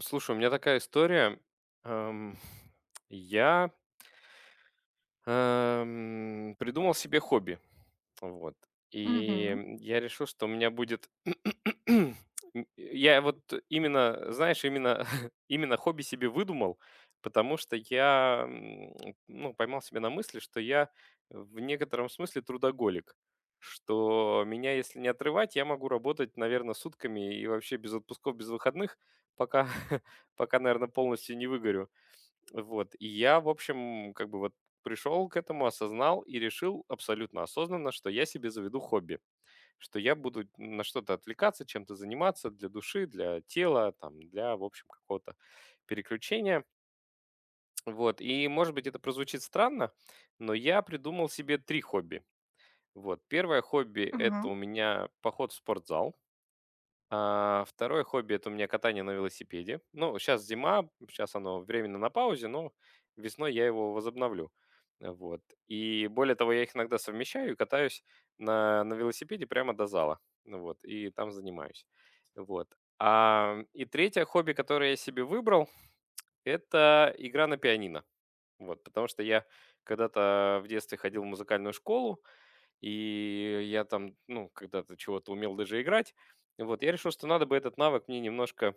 Слушай, у меня такая история. Эм, я придумал себе хобби. Вот. И, Мгм. я решил, что у меня будет м, я вот именно, знаешь, именно именно хобби себе выдумал, потому что я, ну, поймал себя на мысли, что я в некотором смысле трудоголик. Что меня, если не отрывать, я могу работать, наверное, сутками и вообще без отпусков, без выходных, пока пока, наверное, полностью не выгорю. Вот, и я, в общем, как бы вот пришел к этому, осознал и решил абсолютно осознанно, что я себе заведу хобби, что я буду на что-то отвлекаться, чем-то заниматься для души, для тела, там, для, в общем, какого-то переключения. Вот, и, может быть, это прозвучит странно, но я придумал себе 3 хобби. Вот, первое хобби – Ага. это у меня поход в спортзал. А, второе хобби – это у меня катание на велосипеде. Ну, сейчас зима, сейчас оно временно на паузе, но весной я его возобновлю. Вот. И более того, я их иногда совмещаю и катаюсь на велосипеде прямо до зала. Ну вот. И там занимаюсь. Вот. А, и третье хобби, которое я себе выбрал, это игра на пианино. Вот, потому что я когда-то в детстве ходил в музыкальную школу, и я там, ну, когда-то чего-то умел даже играть. Вот, я решил, что надо бы этот навык мне немножко,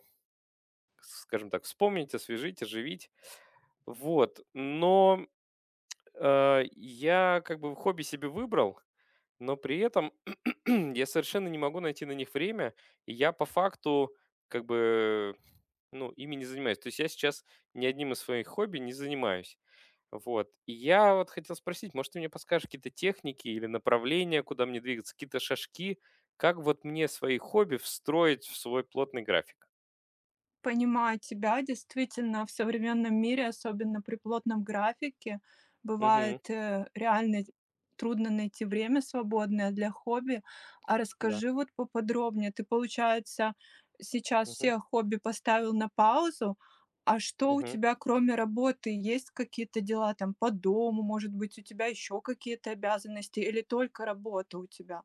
скажем так, вспомнить, освежить, оживить. Вот, но я как бы хобби себе выбрал, но при этом я совершенно не могу найти на них время, и я по факту как бы, ну, ими не занимаюсь. То есть я сейчас ни одним из своих хобби не занимаюсь. Вот. И я вот хотел спросить, может, ты мне подскажешь какие-то техники или направления, куда мне двигаться, какие-то шажки, как вот мне свои хобби встроить в свой плотный график? Понимаю тебя. Действительно, в современном мире, особенно при плотном графике, Мгм. бывает реально трудно найти время свободное для хобби. А Да. расскажи вот поподробнее. Ты, получается, сейчас Мгм. все хобби поставил на паузу, а что у Мгм. тебя, кроме работы, есть какие-то дела там по дому, может быть, у тебя еще какие-то обязанности или только работа у тебя?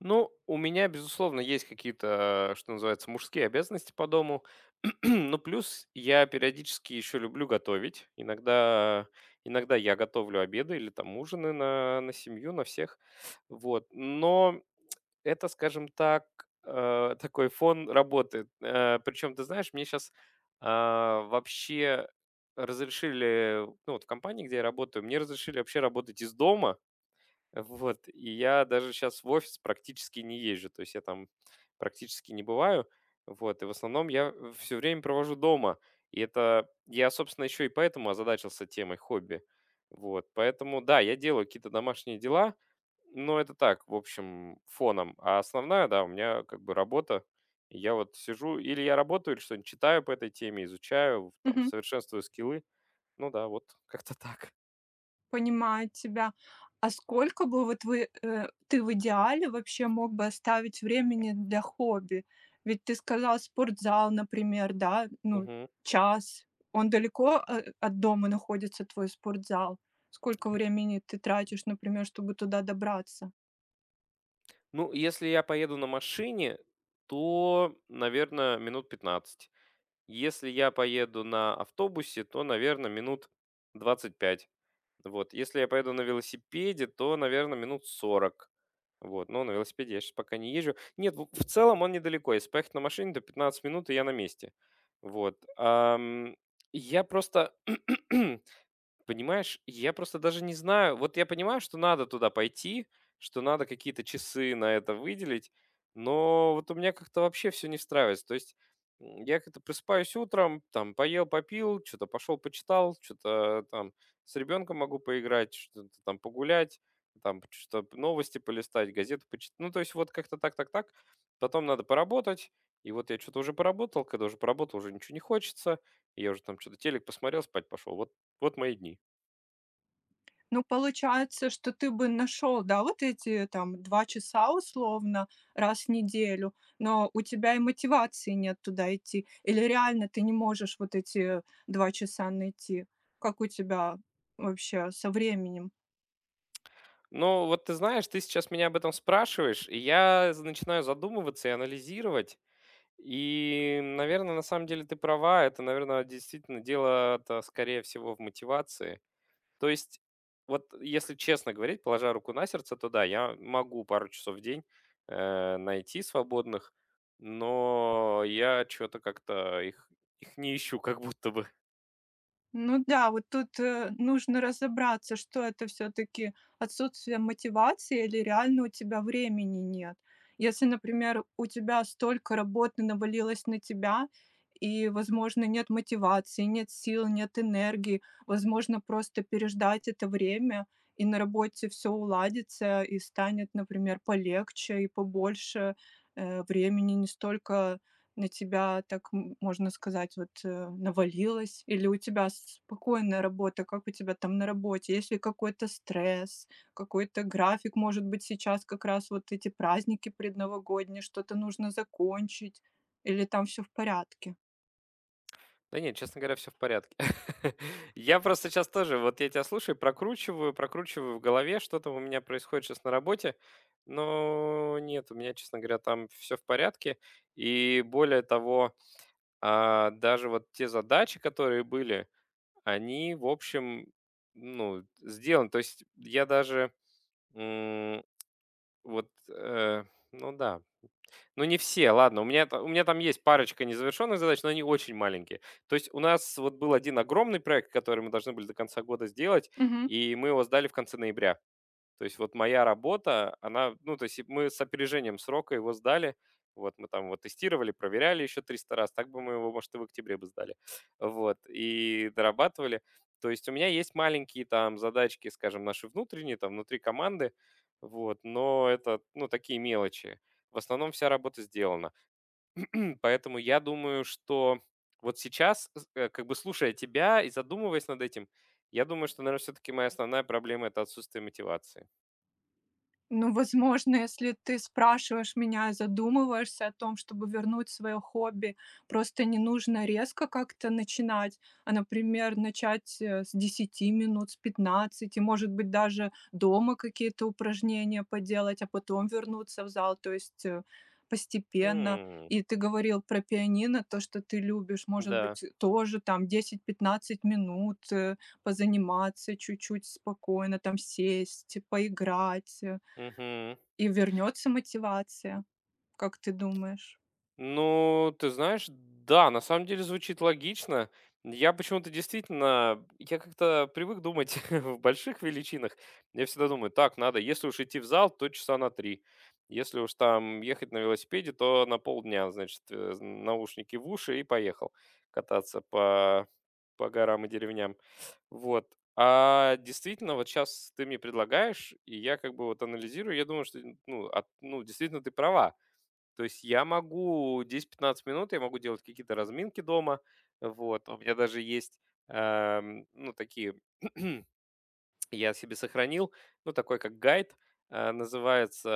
Ну, у меня, безусловно, есть какие-то, что называется, мужские обязанности по дому. Ну, плюс я периодически еще люблю готовить. Иногда я готовлю обеды или там ужины на семью, на всех. Вот. Но это, скажем так, э, такой фон работы. Причем, ты знаешь, мне сейчас вообще разрешили, ну вот в компании, где я работаю, мне разрешили вообще работать из дома, вот, и я даже сейчас в офис практически не езжу, то есть я там практически не бываю, вот, и в основном я все время провожу дома, и это, я, собственно, еще и поэтому озадачился темой хобби, вот, поэтому, да, я делаю какие-то домашние дела, но это так, в общем, фоном, а основная, да, у меня как бы работа, и я вот сижу, или я работаю, или что-нибудь читаю по этой теме, изучаю, там, совершенствую скиллы, ну да, вот, как-то так. Понимаю тебя. А сколько бы вот ты в идеале вообще мог бы оставить времени для хобби? Ведь ты сказал спортзал, например, да, ну, час. Он далеко от дома находится, твой спортзал? Сколько времени ты тратишь, например, чтобы туда добраться? Ну, если я поеду на машине, то, наверное, минут 15. Если я поеду на автобусе, то, наверное, минут 25. Вот. Если я поеду на велосипеде, то, наверное, минут 40. Вот. Но на велосипеде я сейчас пока не езжу. Нет, в целом он недалеко. Если поехать на машине, то 15 минут, и я на месте. Вот. Я просто понимаешь, я просто даже не знаю. Вот я понимаю, что надо туда пойти, что надо какие-то часы на это выделить, но вот у меня как-то вообще все не встраивается. То есть я как-то просыпаюсь утром, там поел, попил, что-то пошел, почитал, что-то там с ребенком могу поиграть, что-то там погулять, там что новости полистать, газету почитать. Ну, то есть вот как-то так. Потом надо поработать. И вот я что-то уже поработал, когда уже поработал, уже ничего не хочется. Я уже там что-то телек посмотрел, спать пошел. Вот, вот мои дни. Ну, получается, что ты бы нашел, да, вот эти там 2 часа условно раз в неделю, но у тебя и мотивации нет туда идти. Или реально ты не можешь вот эти 2 часа найти? Как у тебя вообще со временем? Ну, вот ты знаешь, ты сейчас меня об этом спрашиваешь, и я начинаю задумываться и анализировать. И, наверное, на самом деле ты права, это, наверное, действительно дело-то, скорее всего, в мотивации. То есть, вот если честно говорить, положа руку на сердце, то да, я могу пару часов в день найти свободных, но я что-то как-то их не ищу, как будто бы. Ну да, вот тут, нужно разобраться, что это все таки отсутствие мотивации или реально у тебя времени нет. Если, например, у тебя столько работы навалилось на тебя и, возможно, нет мотивации, нет сил, нет энергии, возможно, просто переждать это время, и на работе все уладится, и станет, например, полегче и побольше, времени, не столько на тебя так, можно сказать, вот, навалилось? Или у тебя спокойная работа? Как у тебя там на работе? Есть ли какой-то стресс, какой-то график? Может быть, сейчас как раз вот эти праздники предновогодние, что-то нужно закончить? Или там все в порядке? Да нет, честно говоря, все в порядке. Я просто сейчас тоже, вот я тебя слушаю, прокручиваю в голове, что там у меня происходит сейчас на работе. Но нет, у меня, честно говоря, там все в порядке. И более того, даже вот те задачи, которые были, они, в общем, ну, сделаны. То есть я даже, м, вот, э, ну да, ну, не все, ладно. У меня, у меня там есть парочка незавершенных задач, но они очень маленькие. То есть у нас вот был один огромный проект, который мы должны были до конца года сделать, и мы его сдали в конце ноября. То есть вот моя работа, она, ну, то есть и мы с опережением срока его сдали, вот мы там вот тестировали, проверяли еще 300 раз, так бы мы его, может, и в октябре бы сдали, вот, и дорабатывали. То есть у меня есть маленькие там задачки, скажем, наши внутренние, там, внутри команды, вот, но это, ну, такие мелочи. В основном вся работа сделана. Поэтому я думаю, что вот сейчас, как бы слушая тебя и задумываясь над этим, я думаю, что, наверное, все-таки моя основная проблема – это отсутствие мотивации. Ну, возможно, если ты спрашиваешь меня, и задумываешься о том, чтобы вернуть свое хобби, просто не нужно резко как-то начинать, а, например, начать с 10 минут, с 15, может быть, даже дома какие-то упражнения поделать, а потом вернуться в зал, то есть постепенно. М, И ты говорил про пианино, то, что ты любишь, может да, быть, тоже там 10-15 минут позаниматься чуть-чуть спокойно, там сесть, поиграть. Мгм. И вернется мотивация, как ты думаешь? Ну, ты знаешь, да, на самом деле звучит логично. Я почему-то действительно, я как-то привык думать в больших величинах. Я всегда думаю, так, надо, если уж идти в зал, то часа на три. Если уж там ехать на велосипеде, то на полдня, значит, наушники в уши и поехал кататься по горам и деревням. Вот. А действительно, вот сейчас ты мне предлагаешь, и я как бы вот анализирую, я думаю, что, ну, ну, действительно, ты права. То есть я могу 10-15 минут, я могу делать какие-то разминки дома, вот. У меня даже есть, ну, такие я себе сохранил, ну, такой как гайд, называется,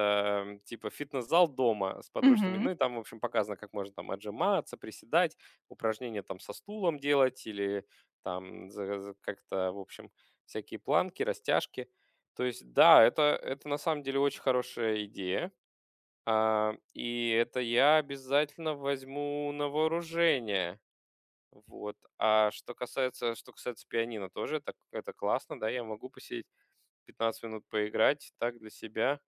типа "Фитнес-зал дома" с подручными. Мгм. Ну, и там, в общем, показано, как можно там отжиматься, приседать, упражнения там со стулом делать или там за как-то, в общем, всякие планки, растяжки. То есть, да, это на самом деле очень хорошая идея, и это я обязательно возьму на вооружение. Вот. А что касается пианино, тоже это классно, да, я могу посидеть 15 минут поиграть так для себя.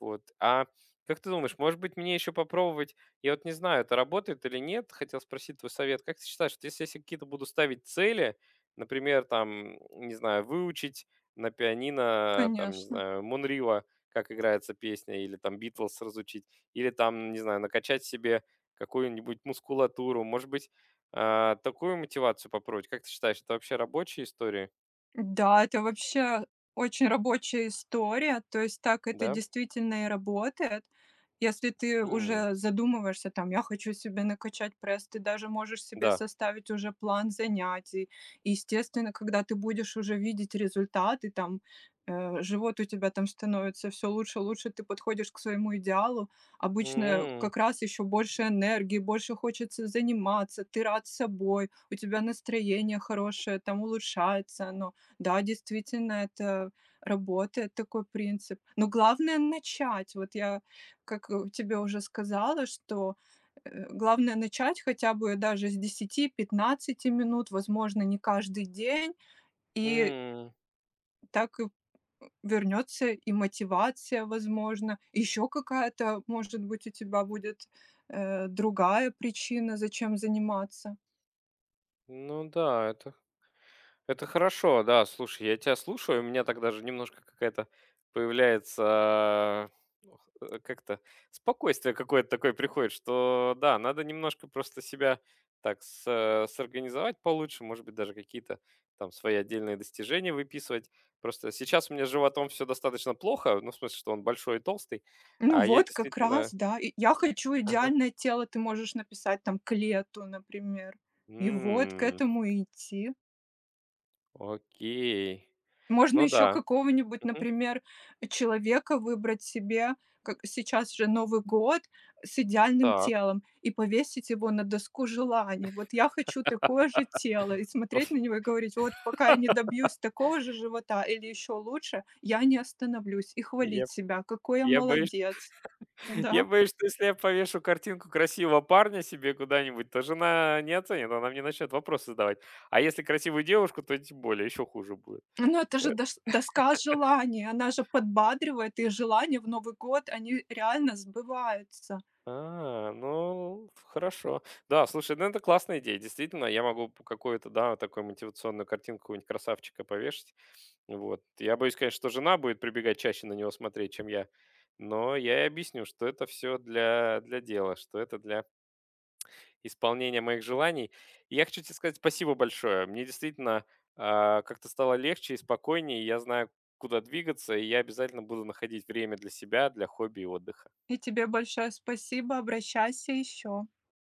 Вот. А как ты думаешь, может быть, мне еще попробовать? Я вот не знаю, это работает или нет. Хотел спросить твой совет. Как ты считаешь, вот если я себе какие-то буду ставить цели, например, там, не знаю, выучить на пианино, там, не Конечно. знаю, Монрива, как играется песня, или там Битлз разучить, или там, не знаю, накачать себе какую-нибудь мускулатуру, может быть, такую мотивацию попробовать. Как ты считаешь, это вообще рабочая история? Да, это вообще очень рабочая история. То есть так это Да? действительно и работает. Если ты М, уже задумываешься, там, я хочу себе накачать пресс, ты даже можешь себе Да. составить уже план занятий. И, естественно, когда ты будешь уже видеть результаты, там, живот у тебя там становится все лучше, лучше ты подходишь к своему идеалу. Обычно М, как раз еще больше энергии, больше хочется заниматься, ты рад собой, у тебя настроение хорошее, там улучшается оно. Да, действительно, это работает такой принцип. Но главное начать. Вот я, как, тебе уже сказала, что, главное начать хотя бы даже с 10-15 минут, возможно, не каждый день. И м. так и вернется и мотивация, возможно. Еще какая-то, может быть, у тебя будет, другая причина, зачем заниматься. Ну да, это хорошо, да. Слушай, я тебя слушаю, у меня так даже немножко какая-то появляется, ох, как-то спокойствие какое-то такое приходит, что да, надо немножко просто себя так сорганизовать получше, может быть, даже какие-то там свои отдельные достижения выписывать. Просто сейчас у меня с животом все достаточно плохо, ну, в смысле, что он большой и толстый, Ну а я вот как действительно... раз, да. И я хочу Ага. идеальное тело, ты можешь написать там к лету, например. И вот к М, этому и идти. окей. Можно Ну еще да. какого-нибудь, Мгм. например, человека выбрать себе, как сейчас же Новый год, с идеальным Так. телом и повесить его на доску желаний. Вот я хочу такое же тело и Ой, смотреть на него и говорить, вот пока я не добьюсь такого же живота или еще лучше, я не остановлюсь и я хвалить себя, какой я я боюсь молодец. я Да. боюсь, что если я повешу картинку красивого парня себе куда-нибудь, то жена не оценит, она мне начнет вопросы задавать. А если красивую девушку, то тем более еще хуже будет. Ну, это же Пэ дош доска желаний, она же подбадривает, и желания в Новый год, они реально сбываются. Ну, хорошо. Да, слушай, ну это классная идея. Действительно, я могу п какую-то, да, вот такую мотивационную картинку какого-нибудь красавчика повешать. Вот. Я боюсь, конечно, что жена будет прибегать чаще на него смотреть, чем я. Но я ей объясню, что это все для дела, что это для исполнения моих желаний. И я хочу тебе сказать спасибо большое. Мне действительно как-то стало легче и спокойнее. И я знаю, куда двигаться, и я обязательно буду находить время для себя, для хобби и отдыха. И тебе большое спасибо, обращайся еще.